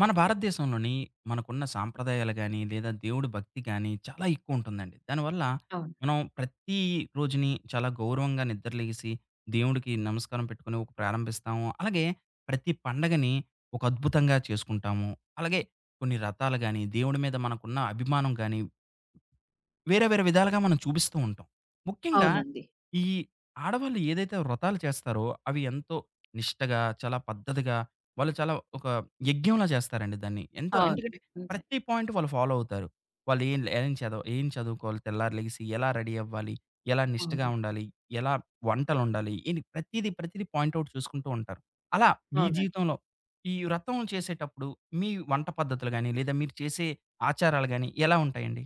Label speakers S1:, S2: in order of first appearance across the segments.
S1: మన భారతదేశంలోని మనకున్న సాంప్రదాయాలు గాని, లేదా దేవుడి భక్తి గాని చాలా ఎక్కువుంటుందండి. దానివల్ల
S2: అవును.
S1: మనం ప్రతి రోజుని చాలా గౌరవంగా నిద్రలేసి, దేవుడికి నమస్కారం పెట్టుకొని ఒక ప్రారంభిస్తాము. అలాగే ప్రతి పండగని ఒక అద్భుతంగా చేసుకుంటాము. అలాగే కొన్ని రథాలు గాని, దేవుడి మీద మనకున్న అభిమానం గాని వేరే వేరే విధాలుగా మనం చూపిస్తూ ఉంటాం. ముఖ్యంగా
S2: అవునండి.
S1: ఈ ఆడవాళ్ళు ఏదైతే వ్రతాలు చేస్తారో అవి ఎంతో నిష్టగా, చాలా పద్ధతిగా వాళ్ళు చాలా ఒక యజ్ఞంలా చేస్తారండి దాన్ని. ఎంతో ఎందుకంటే
S2: అవును. అంతే.
S1: ప్రతి పాయింట్ వాళ్ళు ఫాలో అవుతారు. వాళ్ళు ఏం ఏం చదవ ఏం చదువుకోవాలి, తెల్లారి లెగిసి ఎలా రెడీ అవ్వాలి, ఎలా నిష్టగా
S2: అవును.
S1: ఉండాలి, ఎలా వంటలొండాలి, ఇని ప్రతీది పాయింట్ ఔట్ చూసుకుంటూ ఉంటారు. అలా మీ
S2: అవునండి.
S1: జీవితంలో ఈ వ్రతం చేసేటప్పుడు మీ వంట పద్ధతులు గాని, లేదా మీరు చేసే ఆచారాలు గాని ఎలా ఉంటాయండి?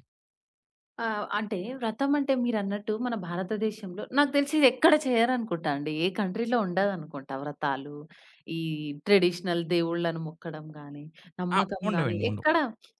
S2: ఆ! అంటే వ్రతం అంటే మీరన్నట్టు మన భారతదేశంలో నాకు తెలిసి ఇది ఎక్కడ చేయరనుకుంటా అండి. ఏ కంట్రీలో ఉండదనుకుంటా వ్రతాలు. ఈ ట్రెడిషనల్ దేవుళ్ళను మొక్కడం గాని,
S1: ఆ!
S2: నమ్మకం గాని
S1: ఉండవండి. ఉండవు.
S2: ఎక్కడ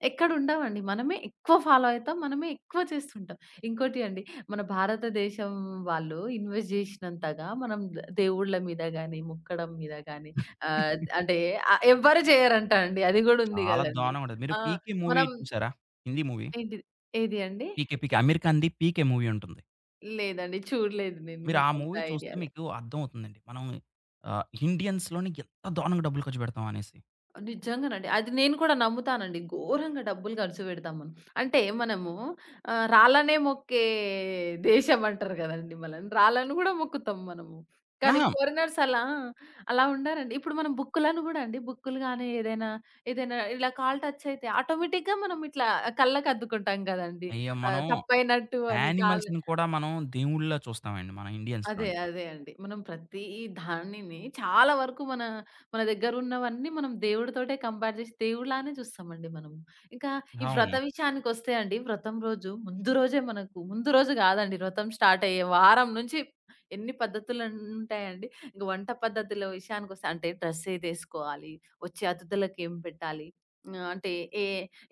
S2: ఎక్కడ ఉండవండి. మనమే ఎక్కువ ఫాలో అయితాం. మనమే ఎక్కువ చేస్తుంటాం. ఇంకోటి అండి, మన భారతదేశం వాళ్ళు ఇన్వెస్ట్ చేసినంతగా మనం దేవుళ్ళ మీద గాని, మొక్కడం మీద గాని ఆహ్, అంటే ఎవ్వరు చేయరంట అండి. అది గూడా ఉంది
S1: చాలా
S2: గదండీ.
S1: దారుణంగా ఉంటది. మీరు
S2: ఆ!
S1: 'పీకే' మూవీ
S2: మనం
S1: చూసారా? హిందీ మూవీ.
S2: ఏంటిది ఏది అండి?
S1: 'పీకే' అమీర్ ఖాన్‌ది 'పీకే' మూవీ ఉంటుంది.
S2: లేదండి. చూడలేదు నేను.
S1: మీరు ఆ
S2: నాకంత
S1: మూవీ చూస్తే
S2: ఐడియా లే.
S1: మీకు అర్థమవుతుందండి. మనం ఇండియన్స్‌లోని ఎంత దారుణంగా డబ్బులు ఖర్చు పెడతాం అనేసి.
S2: నిజంగానండి. అది నేను కూడా నమ్ముతానండి. ఘోరంగా డబ్బులు ఖర్చు పెడతాం మనం. అంటే మనము రాళ్ళనే మొక్కే దేశం అంటారు కదండీ మనల్ని. రాళ్ళను కూడా మొక్కుతాం మనము. కానీ
S1: అహా!
S2: ఫారినర్స్ అలా అలా ఉండరండి. ఇప్పుడు మనం బుక్కులను కూడా అండి, బుక్కులు గాని ఏదైనా ఇలా కాలు టచ్ అయితే ఆటోమేటిక్‌గా మనం ఇట్లా కళ్ళకి అద్దుకుంటాం కదండీ.
S1: అయ్యో! మనం
S2: తప్పైనట్టు అని కాలు
S1: యానిమల్స్‌ని కూడా మనం దేవుళ్ళలా చూస్తామండి. మనం
S2: అదే.
S1: ఇండియన్స్‌లోని.
S2: అదే అండి. మనం ప్రతి దానిని చాలా వరకు మన మన దగ్గరున్నవన్నీ మనం దేవుడితోటే కంపేర్ జేసి దేవుడిలానే చూస్తామండి మనం. ఇంకా ఈ హ్మ్. వ్రత
S1: అవును.
S2: విషయానికొస్తే అండి, వ్రతం రోజు ముందు రోజే మనకు ముందు రోజు గాదండి, వ్రతం స్టార్ట్ అయ్యే వారం నుంచి ఎన్ని పద్ధతులుంటాయండి. ఇంక వంట పద్ధతుల విషయానికొస్తే, అంటే డ్రెస్ ఏదేసుకోవాలి, వచ్చే అతిథులకేం పెట్టాలి, అంటే ఏ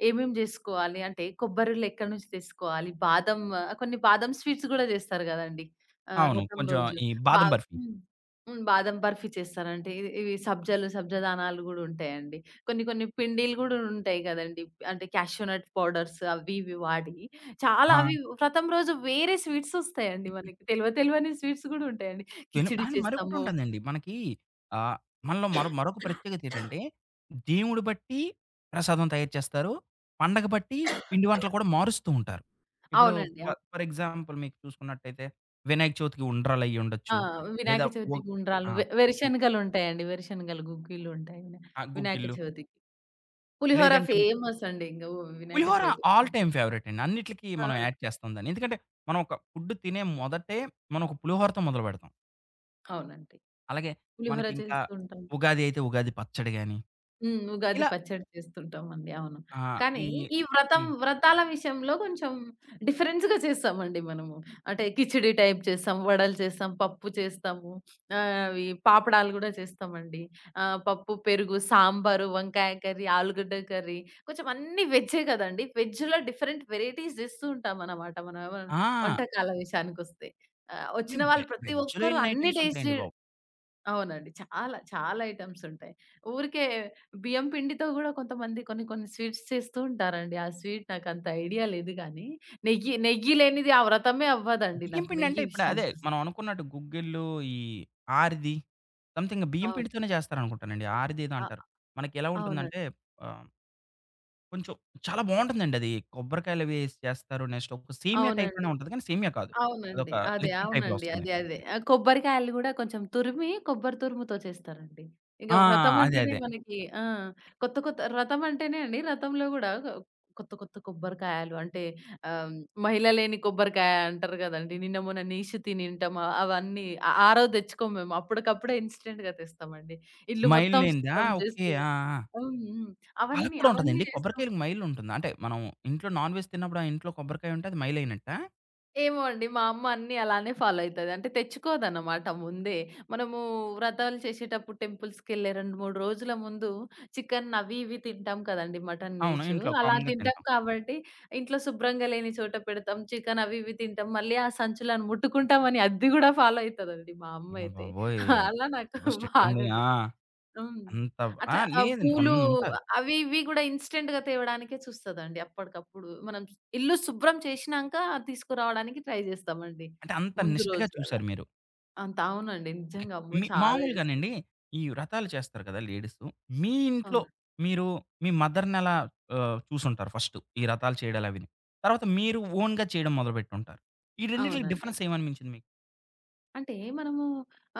S2: ఏమేం జేసుకోవాలి, అంటే కొబ్బరిళ్ళెక్కడి నుంచి తెసుకోవాలి, బాదం కొన్ని బాదం స్వీట్స్ గూడా జేస్తారు గదండీ! ఆ!
S1: అవును.
S2: రథం
S1: కొంచెం
S2: రోజు.
S1: ఈ
S2: బా
S1: బాదం బర్ఫీ.
S2: హ్మ్. హ్మ్. బాదం బర్ఫీ చేస్తారండి. ఇవి సబ్జాలు, సబ్జా దానాలు గూడా ఉంటాయండి. కొన్ని కొన్ని పిండిలు గూడా ఉంటాయి గదండీ! అంటే క్యాషూ నట్ పౌడర్స్ అవి ఇవి వాడి చాలా
S1: ఆ!
S2: అవి వ్రతం రోజు వేరే స్వీట్స్ ఒస్తాయండి మనకి. తెలవ తెలవని స్వీట్స్ గూడా ఉంటాయండి.
S1: ఎను
S2: కిచిడి
S1: అండ్ మరొకటి
S2: చేస్తాము.
S1: ఉంటుందండి. మనకి ఆహ్, మనలో మరొక ప్రత్యేకత ఏంటంటే, దేవుడు బట్టి ప్రసాదం తయారు చేస్తారు. పండగ బట్టి పిండి వంటలు కూడా మారుస్తూ ఉంటారు. ఇప్పుడు
S2: అవునండి.
S1: ఫ
S2: అవును.
S1: ఫర్ ఎగ్జాంపుల్ మీకు చూసుకున్నట్టయితే, వినాయక చవితికి ఉండ్రాలు
S2: ఆ!
S1: అయ్యుండొచ్చు. లేదా
S2: వినాయక
S1: ఒ
S2: చవితికి
S1: ఆ!
S2: ఉండ్రాళ్ళు,
S1: ఉ
S2: వేరుశనగలు ఉంటాయండి. వేరుశనగలు గుగ్గిళ్ళు ఉంటాయి.
S1: ఆ!
S2: వినాయక
S1: గుగ్గిళ్ళు.
S2: చవితికి. పులిహోర
S1: లేదంటే
S2: ఫేమస్ అండి ఇంగ వినాయక
S1: పులిహోర ఆల్
S2: చవితికైతే.
S1: టైమ్ ఫేవరెట్ అండి. అన్నిట్లికి
S2: ఆ!
S1: మనం యాడ్ చేస్తాం దాన్ని. ఎందుకంటే, మనం ఒక ఫుడ్ తినే మొదటే మనం ఒక పులిహోరతో మొదలుపెడతాం.
S2: అవునండి.
S1: అలాగే
S2: పులిహోర
S1: మనకింకా
S2: చేస్తుంటాం.
S1: ఉగాది అయితే ఉగాది పచ్చడి గాని
S2: హ్మ్. ఉగాది
S1: ఇలా
S2: పచ్చడి చేస్తుంటామండి. అవును.
S1: ఆ!
S2: కానీ
S1: ఈ
S2: ఈ వ్రతం
S1: హ్మ్.
S2: వ్రతాల విషయంలో కొంచెం డిఫరెన్స్‌గా చేస్తామండి మనము. అంటే కిచిడి టైప్ చేస్తాం, వడలు చేస్తాం, పప్పు చేస్తాము. అవి పాపడాలు గూడా చేస్తామండి. పప్పు, పెరుగు, సాంబారు, వంకాయ కర్రీ, ఆలుగడ్డ కర్రీ, కొంచెం అన్నీ వెజ్జే గదండీ. వెజ్‌లో డిఫరెంట్ వెరైటీస్ చేస్తూ ఉంటామనమాట. మన వ
S1: ఆ!
S2: వంటకాల విషయానికొస్తే. వచ్చిన
S1: హ్మ్.
S2: వాళ్ళు ప్రతి
S1: వెజ్‌లో
S2: ఒక్కరు
S1: ఎన్ని
S2: అన్ని
S1: ఐటెమ్స్
S2: టేస్ట్
S1: ఉంటాయండి
S2: జే
S1: బాబు!
S2: అవునండి. చాలా, చాలా ఐటెమ్స్ ఉంటాయి. ఊరికే బియ్యం పిండితో గూడా కొంతమంది కొన్ని కొన్ని స్వీట్స్ చేస్తూ ఉంటారండి. ఆ స్వీట్ నాకంత ఐడియా లేదు గానీ, నెయ్యి నెయ్యి లేనిది ఆ వ్రతమే అవ్వదండి
S1: బియ్యం
S2: నాకు,
S1: పిండి అంటే
S2: నెయ్యి
S1: ఇప్పుడు అదే
S2: విషయానికొస్తే.
S1: మనం అనుకున్నట్టు గుగ్గిళ్ళు, ఈ ఆరిది సంథింగ్ బియ్యం
S2: అవునండి.
S1: పిండితోనే చేస్తారనుకుంటానండి. ఆరిది ఏదో
S2: అ
S1: అంటారు. మనకి ఎలా
S2: అవునండి.
S1: ఉంటుందంటే ఆహ్, కొంచెం చాలా బావుంటుందండి అది. కొబ్బరికాయలవి ఏసి చేస్తారు. నెక్స్ట్ ఒక సేమియా
S2: అవునండి.
S1: టైప్‌లోనే ఉంటది. కానీ సేమియా కాదు.
S2: అవునండి.
S1: అదొక
S2: అదే.
S1: లిక్విడ్ టైప్‌లో
S2: అవునండి.
S1: వస్తుంది.
S2: అదే. అదే. ఆ కొబ్బరికాయలు గూడా కొంచెం తురిమి, కొబ్బరి తురుముతో చేస్తారండి. ఇక
S1: ఆ!
S2: వ్రతం
S1: అదే
S2: అంటేనే
S1: అదే.
S2: మనకి ఆ! కొత్త కొత్త వ్రతం అంటేనే అండి, వ్రతంలో గూడా కొత్త కొత్త కొబ్బరికాయలు అంటే ఆహ్, మహిళ లేని కొబ్బరికాయ అంటారు గదండీ! నిన్న మొన్న నిషితి తింటాం అవన్నీ ఆ ఆ రోజు తెచ్చుకోం మేము. అప్పటికప్పుడే ఇన్‌స్టంట్‌గా తెస్తామండి. ఇల్లు మొత్తం
S1: మైలేనిదా?
S2: శుభ్రం
S1: ఓకే.
S2: చేస్తూ
S1: ఆ! ఆ!
S2: హ్మ్. హ్మ్.
S1: అలా
S2: అవన్నీ
S1: కూడా
S2: అవన్నీ
S1: ఉంటదండి.
S2: చేస్తాం.
S1: కొబ్బరికాయలకి మైలుంటుందా? అంటే మనం ఇంట్లో నాన్ వెజ్ తిన్నప్పుడు ఆ ఇంట్లో కొబ్బరికాయ ఉంటే అది మైలైనట్టా?
S2: ఏమో అండి. మా అమ్మ అన్నీ అలానే ఫాలో అయితది. అంటే తెచ్చుకోదన్నమాట ముందే. మనము వ్రతాలు చేసేటప్పుడు టెంపుల్స్‌కెళ్ళే 2, 3 రోజుల ముందు చికెన్ అవి ఇవి తింటాం కదండీ! మటన్
S1: అవును.
S2: నీచు.
S1: ఇంట్లో
S2: అలా
S1: కామన్‌గా
S2: తింటాం
S1: తింటాం.
S2: కాబట్టి ఇంట్లో శుభ్రంగా లేని చోట పెడతాం. చికెన్ అవి ఇవి తింటాం. మళ్ళీ ఆ సంచులను ముట్టుకుంటామని అది గూడా ఫాలో అయితదండి మా అమ్మ
S1: అమ్మ
S2: అయితే.
S1: బాబోయ్!
S2: అలా నాకు
S1: చాలా స్ట్రిక్ట్ అండి.
S2: బాగా గు
S1: ఆ!
S2: హ్మ్.
S1: అంత ఆ!
S2: అట్లా
S1: లేదండి
S2: పూలు
S1: కొంతమందుంటారు.
S2: అవి ఇవి గూడా ఇన్‌స్టంట్‌గా తేవడానికే చూస్తదండి. అప్పటికప్పుడు మనం ఇల్లు శుభ్రం చేషినాంక తీసుకురావడానికి ట్రై జేస్తామండి
S1: అంటే అంత
S2: ముందు
S1: నిష్టగా
S2: రోజు అలా.
S1: చూసారు మీరు.
S2: అంత అవునండి.
S1: ఓకే.
S2: నిజంగా అమ్మో!
S1: మీ
S2: చాలా జేస్తాం.
S1: మామూలుగానండి ఈ వ్రతాలు చేస్తారు కదా లేడీసు. మీ ఇంట్లో
S2: అవును.
S1: మీరు మీ మదర్‌నెలా చూసుంటారు ఫస్టు. ఈ వ్రతాలు చేయడాలు అవిని. తర్వాత మీరు ఓన్‌గా చేయడం మొదలుపెట్టుంటారు. ఈ రెండిట్లకి
S2: అవునండి.
S1: డిఫరెన్స్ ఏమనిపించింది మీకు?
S2: అంటే మనము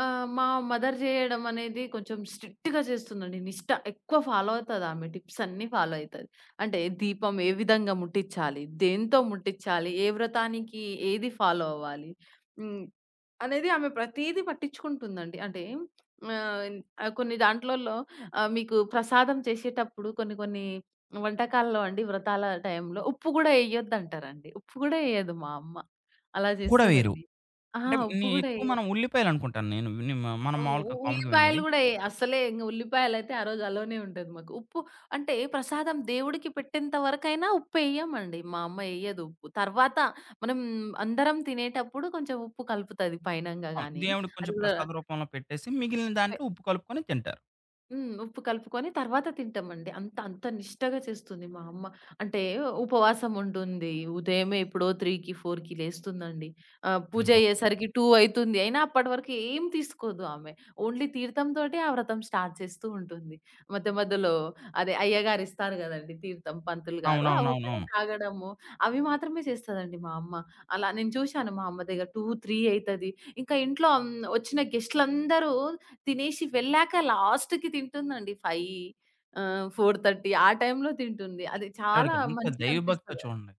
S2: మా మదర్ జేయడం అనేది కొంచెం స్ట్రిక్ట్‌గా చేస్తుందండి. నిష్ట ఎక్కువ ఫాలో అవుతదామె. టిప్స్ అన్నీ ఫాలో అయితది. అంటే దీపం ఏ విధంగా ముట్టిచ్చాలి? దేంతో ముట్టిచ్చాలి? ఏ వ్రతానికి ఏది ఫాలో అవ్వాలి? హ్మ్. అనేది ఆమె ప్రతీదీ పట్టించుకుంటుందండి. అంటే ఆహ్, ఆహ్, కొన్ని దాంట్లల్లో మీకు ప్రసాదం చేసేటప్పుడు కొన్ని కొన్ని వంటకాల్లో అండి, వ్రతాల టైంలో ఉప్పు గూడా ఎయ్యొద్దంటారండి. ఉప్పు గూడా ఎయ్యదు మా అమ్మ. అలా
S1: కూడా వేరు.
S2: జేస్తదండి. ఆ!
S1: అంటే
S2: ఉప్పు
S1: నీ
S2: గూడా
S1: ఎక్కువ మనం
S2: ఎయ్యొద్దు.
S1: ఉల్లిపాయలనుకుంటాను నేను విని మనం
S2: ఓహ్!
S1: మామూలుగా కామన్‌గా
S2: ఉల్లిపాయలు
S1: వినేది.
S2: గూడా అస్సలే ఇంగ ఉల్లిపాయలైతే ఆ రోజు అలోనే ఉంటది మాకు. ఉప్పు అంటే ప్రసాదం దేవుడికి పెట్టేంత వరకైనా ఉప్పెయ్యమండి. మా అమ్మ ఎయ్యదు ఉప్పు. తర్వాత మనం అందరం తినేటప్పుడు కొంచెం ఉప్పు కలుపుతది పైనంగా
S1: అవును.
S2: గాని.
S1: దేవుడికి
S2: అది
S1: కొంచెం
S2: గూడా
S1: ప్రసాద రూపంలో పెట్టేసి మిగిలిన
S2: పె
S1: దాంట్లో ఉప్పు కలుపుకొని తింటారు.
S2: హ్మ్. ఉప్పు కలుపుకొని తర్వాత తింటామండి. అంత అంత నిష్టగా చేస్తుంది మా అమ్మ. అంటే ఉపవాసం ఉంటుంది. ఉదయమే ఎప్పుడో 3కి, 4కి లేస్తుందండి. పూజ
S1: అయ్య బాబోయ్!
S2: అయ్యేసరికి 2 అయితుంది. అయినా అప్పటి వరకు ఏం తీసుకోదు ఆమె. ఓన్లీ తీర్థం తోటే ఆ వ్రతం స్టార్ట్ చేస్తూ ఉంటుంది. మధ్యలో అదే అయ్యగారు ఇస్తారు గదండీ తీర్థం పంతులు గారు. అవొకటి
S1: అవునవునవునవును.
S2: తాగడము, అవి మాత్రమే చేస్తదండి మా అమ్మ. అలా నేను చూశాను మా అమ్మ దగ్గర 2, 3 అయితది. ఇంకా ఇంట్లో హ్మ్, వచ్చిన గెస్ట్‌లందరూ తినేసి వెళ్ళాక లాస్ట్‌కి తింటుందండి 5 4:30 ఆ టైంలో తింటుంది. అది చాలా
S1: ఆవిడకెంత దైవభక్తో
S2: మంచిగనిపిస్తది.
S1: చూడండి.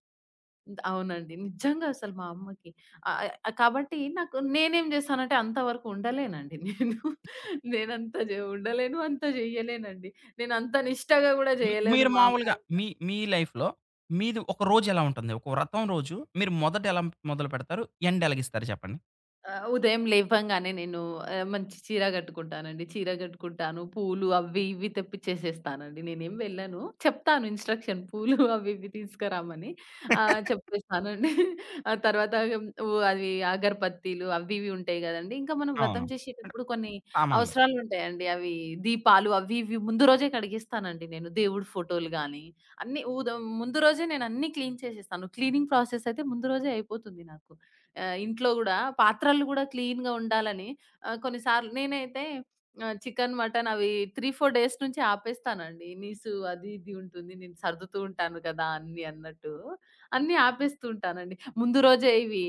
S2: అవునండి. నిజంగా అసలు మా అమ్మకి. ఆహ్, ఆహ్, కాబట్టి నాకు నేనేం చేస్తానంటే అంతవరకు ఉండలేనండి నేను. నేనంత జే ఉండలేను, అంత జేయలేనండి. నేనంత నిష్టగా గూడా
S1: మీరు
S2: జేయలేను
S1: మీరు
S2: మా అమ్మ.
S1: మామూలుగా మీ మీ లైఫ్‌లో మీది ఒక రోజెలా ఉంటుంది? ఒక వ్రతం రోజు మీరు మొదట ఎలా మొదలుపెడతారు? ఎండ్ ఎలాగిస్తారు చెప్పండి?
S2: ఆ! ఉదయం లేవంగానే నేను మంచి చీర కట్టుకుంటానండి. చీర కట్టుకుంటాను. పూలు అవి ఇవి తెప్పిచ్చేసేస్తానండి. నేనేం వెళ్ళను. చెప్తాను ఇన్‌స్ట్రక్షన్ పూలు అవి ఇవి తీసుకురామని. చెప్పేస్తానండి. ఆ తర్వాత అవి అగర్బత్తీలు అవి ఇవి ఉంటాయి గదండీ. ఇంకా మనం వ్రతం
S1: అవును. అంటే
S2: చేసేటప్పుడు కొన్ని
S1: సామాన్లు.
S2: అవసరాలుంటాయండి. అవి దీపాలు అవి ఇవి ముందు రోజే కడిగేస్తానండి నేను. దేవుడి ఫోటోలు గానీ, అన్నీ ఉద ముందు రోజే నేను అన్నీ క్లీన్ చేసేస్తాను. క్లీనింగ్ ప్రాసెస్ అయితే ముందు రోజే అయిపోతుంది నాకు. ఇంట్లో గూడా పాత్రలు గూడా క్లీన్‌గా ఉండాలని కొన్నిసార్లు నేనైతే చికెన్, మటన్ అవి 3, 4 డేస్ నుంచి ఆపేస్తానండి. నీసు అది ఇది ఉంటుంది. నేను సర్దుతూ ఉంటాను కదా! అన్నీ అన్నట్టు. అన్నీ ఆపేస్తూ ఉంటానండి. ముందు రోజే ఇవి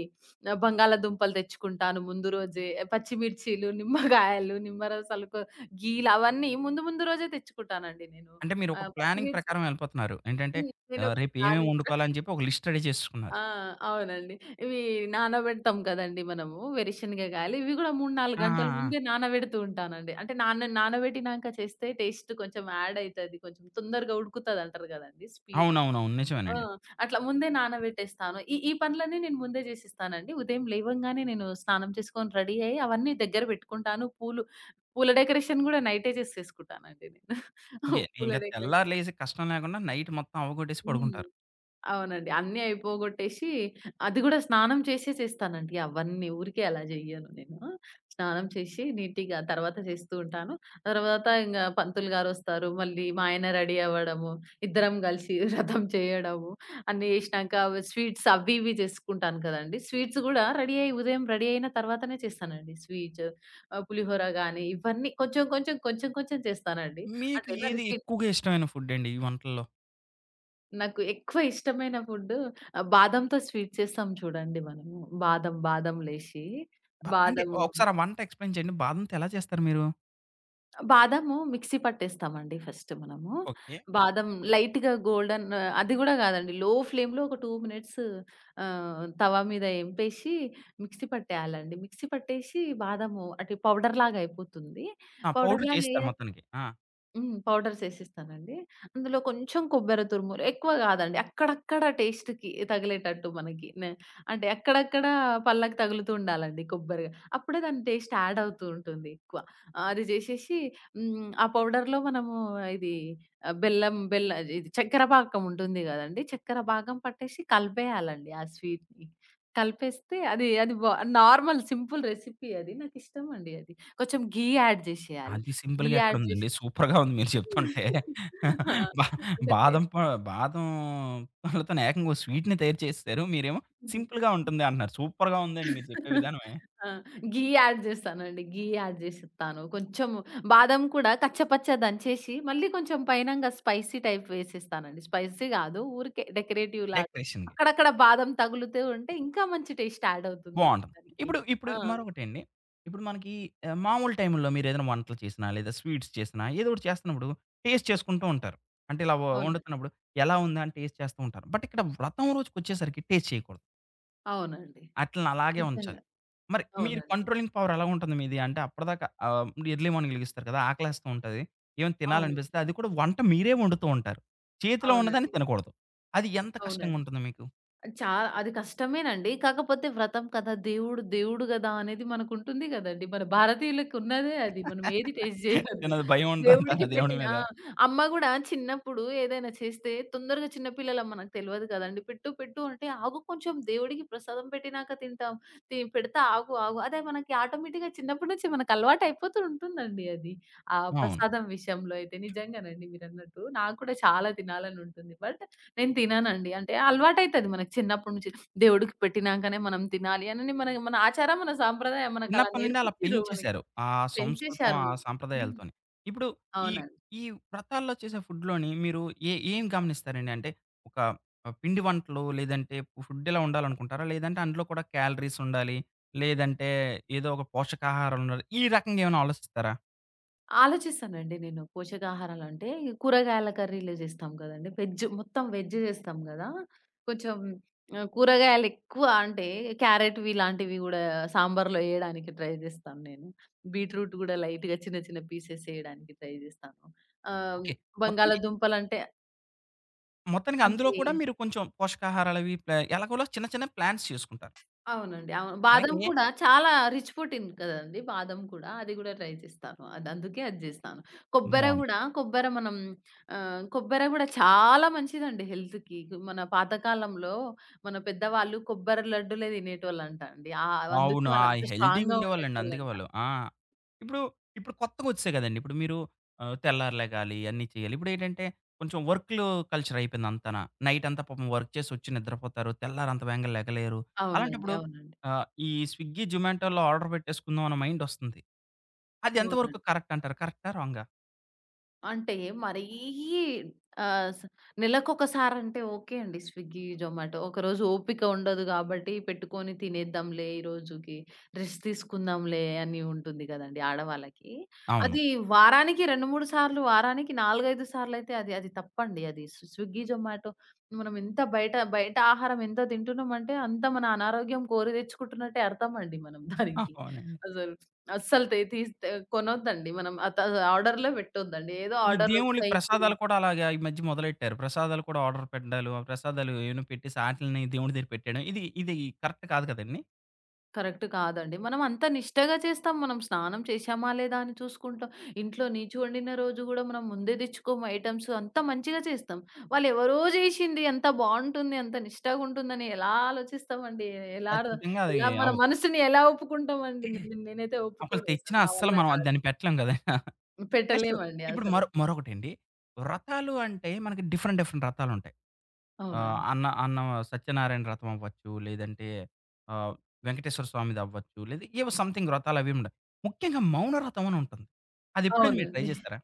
S2: బంగాళాదుంపలు తెచ్చుకుంటాను. ముందు రోజే పచ్చిమిర్చీలు, నిమ్మకాయలు, నిమ్మరసాలు, కొ గీలు అవన్నీ ముందు ముందు రోజే తెచ్చుకుంటానండి నేను.
S1: అంటే మీరు ఒక ప్లానింగ్
S2: పచ్చిమిర్చి
S1: ప్రకారం ఎళ్ళిపోతున్నారు. ఏంటంటే
S2: నేను.
S1: రేపు ఏమేమి వండుకోవాలని చెప్పి ఒక లిస్ట్ రెడీ చేసుకున్నారు.
S2: ఆ! అవునండి. ఇవి నానబెడతాం కదండీ మనము వేరుశనగ గాయలు. ఇవి గూడా 3, 4
S1: ఆ! ఆ!
S2: గంటల
S1: ఆ!
S2: ముందే నానబెడుతూ ఉంటానండి. అంటే నానబెట్టినాక చేస్తే టేస్ట్ కొంచెం యాడ్ అయితది. కొంచెం తొందరగా ఉడుకుతదంటారు గదండీ! స్పీడ్.
S1: అవునవునవును.
S2: ఆ!
S1: నిజమేనండి.
S2: అట్లా ముందే నానబెట్టేస్తాను. ఈ ఈ పనులన్నీ నేను ముందే జేసేస్తానండి. ఉదయం లేవంగానే నేను స్నానం చేసుకొని రెడీ అయ్యి అవన్నీ దగ్గర బెట్టుకుంటాను. పూల డెకరేషన్ గూడా నైటే చేసేసుకుంటానండి నేను.
S1: ఓకే.
S2: పూల
S1: ఇంక తెల్లారి
S2: డెకరేషన్.
S1: లేసి కష్టం లేకుండా నైట్ మొత్తం అవ్వగొట్టేసి
S2: హ్మ్.
S1: పడుకుంటారు.
S2: అవునండి. అన్నీ అయిపోగొట్టేసి అది గూడా స్నానం చేసేసేస్తానండి అవన్నీ. ఊరికే అలా జెయ్యను నేను. స్నానం చేసి నీట్‌గా తర్వాత చేస్తూ ఉంటాను. తర్వాత ఇంగ పంతులు గారొస్తారు. మళ్ళీ మా ఆయన రెడీ అవ్వడము, ఇద్దరం గలిసి వ్రతం చేయడము, అన్నీ జేసినాక స్వీట్స్ అవి ఇవి చేసుకుంటాను కదండీ. స్వీట్స్ గూడా రెడీ అయ్యి ఉదయం రెడీ అయిన తర్వాతనే చేస్తానండి. పులిహోర గానీ ఇవన్నీ కొంచెం కొంచెం, కొంచెం కొంచెం చేస్తానండి.
S1: మీకు
S2: అంటే నాది
S1: ఏది
S2: స్వీట్
S1: ఎక్కువగా ఇష్టమైన ఫుడ్ అండి ఈ వంటల్లో?
S2: నాకు ఎక్కువ ఇష్టమైన ఫుడ్డు బాదంతో స్వీట్ చేస్తాం చూడండి మనము. బాదం, బాదం లేశి,
S1: అంటే
S2: బాదము
S1: ఒకసారి ఆ వంట ఎక్స్‌ప్లెయిన్ చేయండి. బాదంతో ఎలా చేస్తారు మీరు?
S2: బాదము మిక్సీ పట్టేస్తామండి ఫస్ట్ మనము.
S1: ఓకే.
S2: బాదం లైట్‌గా గోల్డెన్ అది గూడా గాదండి. లో ఫ్లేమ్‌లో ఒక 2 మినిట్స్ తవ మీద ఎంపేసి మిక్సీ పట్టేయాలండి. మిక్సీ పట్టేసి బాదము అటు పౌడర్‌లాగా అయిపోతుంది.
S1: ఆ! పౌడర్
S2: పౌడర్‌లాగా
S1: చేస్తారు
S2: అయ్యాక
S1: మొత్తానికి. ఆ!
S2: హ్మ్. పౌడర్స్ ఏసిస్తానండి. అందులో కొంచెం కొబ్బెర తురుములు ఎక్కువ గాదండి. అక్కడక్కడ టేస్ట్‌కి తగిలేటట్టు మనకి. అంటే అక్కడక్కడ పళ్ళకి తగులుతూ ఉండాలండి కొబ్బరి. అప్పుడే దాని టేస్ట్ యాడ్ అవుతూ ఉంటుంది ఎక్కువ. అది జేసేసి హ్మ్. ఆ పౌడర్‌లో మనము ఇది ఆహ్, బెల్లం బెల్ల ఇది చక్కెర పాకం ఉంటుంది గదండీ! చక్కెర పాకం పట్టేసి కలిపేయాలండి ఆ స్వీట్‌ని. కలిపేస్తే అది అది బా నార్మల్ సింపుల్ రెసిపీ అది. నాకిష్టమండి అది. కొంచెం ఘీ యాడ్ జేసేయాలి.
S1: అది
S2: ఘీ
S1: సింపుల్‌గా
S2: యాడ్ జేసి
S1: ఎక్కడుందండి. సూపర్‌గా ఉంది మీరు చెప్తుంటే.
S2: ఆ!
S1: బా
S2: అంటే టే
S1: బాదం ప బాదం పళ్ళతోని ఏకంగా ఓ స్వీట్‌ని తయారు చేసేసారు. మీరేమో
S2: హ్మ్.
S1: సింపుల్‌గా ఉంటుంది అంటున్నారు. సూపర్‌గా ఉందండి మీరు చెప్పే విధానమే.
S2: ఆ! ఘీ యాడ్ జేస్తానండి. ఘీ యాడ్ జేసిస్తాను. కొంచెం బాదం కూడా కచ్చపచ్చ దంచేసి, మళ్ళీ కొంచెం పైనంగా స్పైసీ టైప్ వేసేస్తానండి. స్పైసీ గాదు, ఊరికే డెకరేటివ్ లాగా.
S1: డెకరేషన్‌కి.
S2: అక్కడక్కడ బాదం తగులుతూ ఉంటే ఇంకా మంచి టేస్ట్ యాడ్ అవుతుందండి
S1: బావుంటది.
S2: దానికి.
S1: ఇప్పుడు ఇప్పుడు
S2: ఆ!
S1: మరొకటండి. ఇప్పుడు మనకి మామూలు టైంలో మీరేదైనా వంటలు చేసినా, లేదా స్వీట్స్ చేసినా, ఏదో ఒకటి చేస్తున్నప్పుడు టేస్ట్ చేసుకుంటూ ఉంటారు. అంటే ఇలా
S2: అవునండి.
S1: వండుతున్నప్పుడు ఎలా ఉందా అని టేస్ట్ చేస్తూ ఉంటారు. బట్ ఇక్కడ వ్రతం రోజుకొచ్చేసరికి టేస్ట్ చేయకూడదు.
S2: అవునండి.
S1: ఆటిలిని అలాగే ఉంచాలి.
S2: నిజంగా.
S1: మరి మీరు
S2: అవునండి.
S1: కంట్రోలింగ్ పవర్ ఎలా ఉంటుంది మీది? అంటే అప్పటిదాకా ఎర్లీ మార్నింగ్ లెగిస్తారు కదా! ఆకలేస్తూ ఉంటది. ఏమైనా
S2: అవును.
S1: తినాలనిపిస్తే అది కూడా వంట మీరే వండుతూ ఉంటారు. చేతిలో ఉన్నదాన్ని
S2: అవునండి.
S1: తినకూడదు. అది ఎంత
S2: అవునండి.
S1: కష్టంగుంటుంది మీకు?
S2: చా అది కష్టమేనండి. కాకపోతే వ్రతం కదా! దేవుడు దేవుడు గదా అనేది మనకుంటుంది గదండీ. మన భారతీయులకున్నదే అది. మనం ఏది టేస్ట్ జేయొద్దు.
S1: తినదు భయం ఉంటదంటారా
S2: దేవుడికి
S1: దేవుడి
S2: పెట్టిన.
S1: మీద?
S2: ఆ! అమ్మ గూడా చిన్నప్పుడు ఏదైనా చేస్తే తొందరగా చిన్న పిల్లలం మనకు తెలవదు గదండీ. పెట్టు, పెట్టు అంటే ఆగు కొంచెం, దేవుడికి ప్రసాదం పెట్టినాక తింటాం. తి పెడతా ఆగు, ఆగు, అదే మనకి ఆటోమేటిక్‌గా చిన్నప్పటి నుంచి మనకు అలవాటయిపోతూ ఉంటుందండి అది. ఆ
S1: అవును.
S2: ప్రసాదం విషయంలో అయితే నిజంగానండి మీరన్నట్టు. నాకు కూడా చాలా తినాలని ఉంటుంది. బట్ నేను తిననండి. అంటే అలవాటైతది మనకు చిన్నప్పటి నుంచి. దేవుడికి పెట్టినాంకనే మనం తినాలి అనని మన మన ఆచారం, మన సాంప్రదాయం మనకలా
S1: చిన్నప్పటి నుండి అలా
S2: నేర్పించిర్రు మనకి.
S1: పెంచేశారు. ఆ సంస్కృతం,
S2: పెంచేశారు
S1: ఆ
S2: వాళ్ళు. హ్మ్.
S1: సాంప్రదాయాలతోని. ఇప్పుడు ఈ
S2: అవునండి.
S1: ఈ వ్రతాల్లో చేసే ఫుడ్‌లోని మీరు ఏం గమనిస్తారండి? అంటే ఒక పిండి వంటలు లేదంటే ఫుడ్ ఇలా ఉండాలనుకుంటారా? లేదంటే అందులో కూడా క్యాలరీస్ ఉండాలి, లేదంటే ఏదో ఒక పోషకాహారం ఉండాలి, ఈ రకంగా ఏమైనా ఆలోచిస్తారా?
S2: ఆలోచిస్తానండి నేను. పోషకాహారాలంటే కూరగాయల కర్రీలు జేస్తాం గదండీ. వెజ్ మొత్తం వెజ్ జేస్తాం గదా! కొంచెం కూరగాయలెక్కువ అంటే క్యారెట్‌వి ఇలాంటివి గూడా సాంబార్‌లో ఎయడానికి ట్రై జేస్తాను నేను. బీట్రూట్ గూడా లైట్‌గా చిన్న చిన్న పీసెస్ ఎయడానికి ట్రై జేస్తాను. ఆహ్,
S1: ఓకే. మొత్తానికి
S2: బంగాళాదుంపలంటే
S1: మొత్తానికి అందులో
S2: అంతే.
S1: కూడా మీరు కొంచెం పోషకాహారాలవి ఎలాగోలా చిన్న చిన్న ప్లాన్స్ చేసుకుంటారు.
S2: అవునండి. అవును. బాదం
S1: అలాగే
S2: కూడా చాలా రిచ్ ప్రోటీన్ కదండీ! బాదం కూడా. అది గూడా ట్రై చేస్తాను. అది అందుకే అది జేస్తాను.
S1: బావుంది.
S2: కొబ్బెర మనం కొబ్బెర గూడా చాలా మంచిదండి హెల్త్‌కి. మన పాతకాలంలో పెద్దవాళ్ళు కొబ్బరి లడ్డూలే తినేటోళ్ళంట అండి. అందుకే
S1: అవును. ఆ!
S2: వాళ్ళంతా స్ట్రాంగ్‌గా
S1: హెల్తీగుండేవాళ్ళండి. అందుకే
S2: ఉండేటోళ్ళంట.
S1: వాళ్ళు. ఆ! ఇప్పుడు, ఇప్పుడు కొత్తగొచ్చేసాయి గదండీ! ఇప్పుడు మీరు తెల్లారి లెగాలి, అన్నీ చేయాలి. ఇప్పుడేంటంటే, కొంచెం వర్క్‌లో కల్చర్ అయిపోయిందంతానా. నైటంతా పాపం వర్క్ చేసొచ్చి నిద్రపోతారు. తెల్లారంత వేగంగా లెగలేరు.
S2: అవునండి.
S1: అలాంటప్పుడు
S2: అవునండి.
S1: ఈ స్విగ్గీ, జొమాటోలో ఆర్డర్ పెట్టేసుకుందాం అన్న మైండొస్తుంది. అది ఎంత వరకు
S2: అవునండి.
S1: కరెక్ట్ అంటారు? కరెక్టా? రాంగా?
S2: అంటే మరీ ఆహ్, స నెలకొకసారంటే ఓకే అండి. స్విగ్గీ, జొమాటో. ఒకరోజు ఓపిక ఉండదు గాబట్టి పెట్టుకొని తినేద్దాంలే ఈ రోజుకి, రెస్ట్ తీసుకుందాంలే అని ఉంటుంది గదండీ ఆడవాళ్ళకి.
S1: అవును.
S2: అది వారానికి 2, 3 సార్లు, వారానికి 4, 5 సార్లయితే అది అది తప్పండి. అది స్వి స్విగ్గీ, జొమాటో, మనం ఎంత బయట బయట ఆహారం ఎంత తింటున్నామంటే అంత మన అనారోగ్యం కోరి తెచ్చుకుంటున్నట్టే అర్థమండి మనం
S1: ఆ!
S2: దానికి.
S1: అవునండి.
S2: అసలు అస్సలు తే తీస్ తే కొనొద్దండి. మనం అత ఆర్డర్‌లో పెట్టొద్దండి. ఏదో
S1: ఈ దేవుళ్ళకి
S2: ఆర్డర్‌లొస్తాయి ఇప్పుడు.
S1: ప్రసాదాలు కూడా అలాగా ఈ మధ్య మొదలెట్టారు. ప్రసాదాలు కూడా ఆర్డర్ పెట్టడాలు, ఆ ప్రసాదాలు ఏమైనా పెట్టేసి ఆటిల్ని దేవుడి దగ్గర పెట్టేయడం. ఇది కరెక్ట్ కాదు కదండీ!
S2: కరెక్ట్ కాదండి. మనం అంత నిష్టగా చేస్తాం. మనం స్నానం చేశామా లేదా అని చూసుకుంటాం. ఇంట్లో నీచు వండిన రోజు గూడా మనం ముందే తెచ్చుకోము ఐటెమ్స్. అంత మంచిగా చేస్తాం. వాళ్ళెవరో చేశింది ఎంత బావుంటుంది, అంత నిష్టగుంటుందని ఎలా ఆలోచిస్తామండి? ఎలా ర
S1: ఖచ్చితంగా అది
S2: ఎలా మన
S1: అవ్వదు.
S2: మనసుని ఎలా ఒప్పుకుంటామండి? నేనైతే
S1: అసలు
S2: ఒప్పుకోను
S1: తెచ్చినా
S2: అసలు. నా
S1: అస్సలు
S2: వల్ల
S1: మనం అది
S2: కాదు.
S1: దాన్ని పెట్టలేం కదా! నెక్స్ట్
S2: పెట్టలేమండి
S1: ఇప్పుడు
S2: అసలు.
S1: మరొకటండి. వ్రతాలు అంటే మనకి డిఫరెంట్ డిఫరెంట్ వ్రతాలుంటాయి.
S2: అవునండి.
S1: అన్న అన్న సత్యనారాయణ వ్రతం అవ్వచ్చు, లేదంటే ఆహ్, వెంకటేశ్వర స్వామిదవ్వచ్చు, లేదా ఏవో సంథింగ్ వ్రతాలవి ఉండయి. ముఖ్యంగా మౌన వ్రతం అని ఉంటుంది. అది ఎప్పుడైనా మీరు ట్రై
S2: అవునండి.
S1: చేసారా?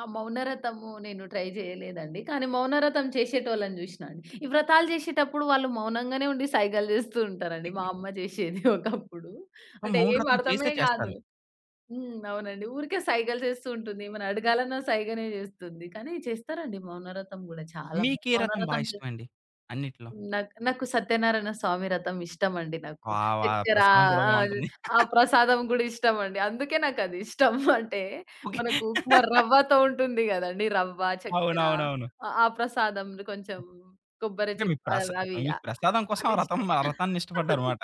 S2: ఆ! 'మౌనరథము' నేను ట్రై చేయలేదండి. కానీ 'మౌనరథం' చేసేటోళ్ళని జూషినా అండి. ఈ వ్రతాలు జేసేటప్పుడు వాళ్ళు మౌనంగానే ఉండి సైగలు జేస్తూ ఉంటారండి. మా అమ్మ జేషేది ఒకప్పుడు. అంటే
S1: మౌన
S2: ఏం
S1: వ్రతం
S2: అర్థమే గాదు.
S1: చేస్తారు.
S2: హ్మ్. అవునండి. ఊరికే సైగలు జేస్తూ ఉంటుంది. ఏమన్నా అడగాలన్నా సైగనే జేస్తుంది. కానీ చేస్తారండి 'మౌనరథం' గూడా చాలా మంది.
S1: మీకే వ్రతం బా
S2: 'మౌనరథం' చేస్తారు.
S1: ఇష్టమండి అన్నిట్లో?
S2: నాకు నాకు 'సత్యనారాయణ స్వామి రథం' ఇష్టమండి నాకు.
S1: వా! వా!
S2: చక్కెర
S1: ప్రసాదం కూడా
S2: ఆ!
S1: బావుంటుంది.
S2: ఆ ప్రసాదం గూడా ఇష్టమండి. అందుకే నాకది ఇష్టం. అంటే
S1: ఓకే.
S2: మనకు ఉప్మా రవ్వతో ఉంటుంది గదండీ! రవ్వ, చక్కెర.
S1: అవునవునవును.
S2: ఆ ఆ ప్రసాదం కొంచెం కొబ్బరి
S1: ఓకే.
S2: చిప్
S1: మీకు ప్రస
S2: అవ్ అవి
S1: మీకు
S2: ఆహ్,
S1: ప్రసాదం కోసం ఆ
S2: అది
S1: రథం
S2: ఇష్టం.
S1: ఆ రథాన్ని ఇష్టపడ్డారన్నమాట.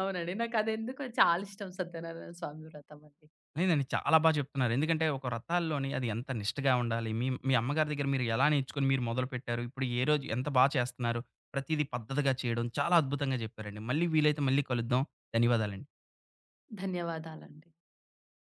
S2: అవునండి. నాకదెందుకో చాలా ఇష్టం 'సత్యనారాయణ స్వామి వ్రతం' అండి.
S1: లేదండి. చాలా బా చెప్తున్నారు. ఎందుకంటే ఒక రథాల్లోని అది ఎంత నిష్టగా ఉండాలి. మీ మీ అమ్మగారి దగ్గర మీరు ఎలా నేర్చుకొని మీరు మొదలుపెట్టారు. ఇప్పుడు ఏ రోజు ఎంత బా చేస్తున్నారు. ప్రతీది పద్ధతిగా చేయడం చాలా అద్భుతంగా చెప్పారండి. మళ్ళీ వీలైతే మళ్ళీ కలుద్దాం. ధన్యవాదాలండి.
S2: ధన్యవాదాలండి.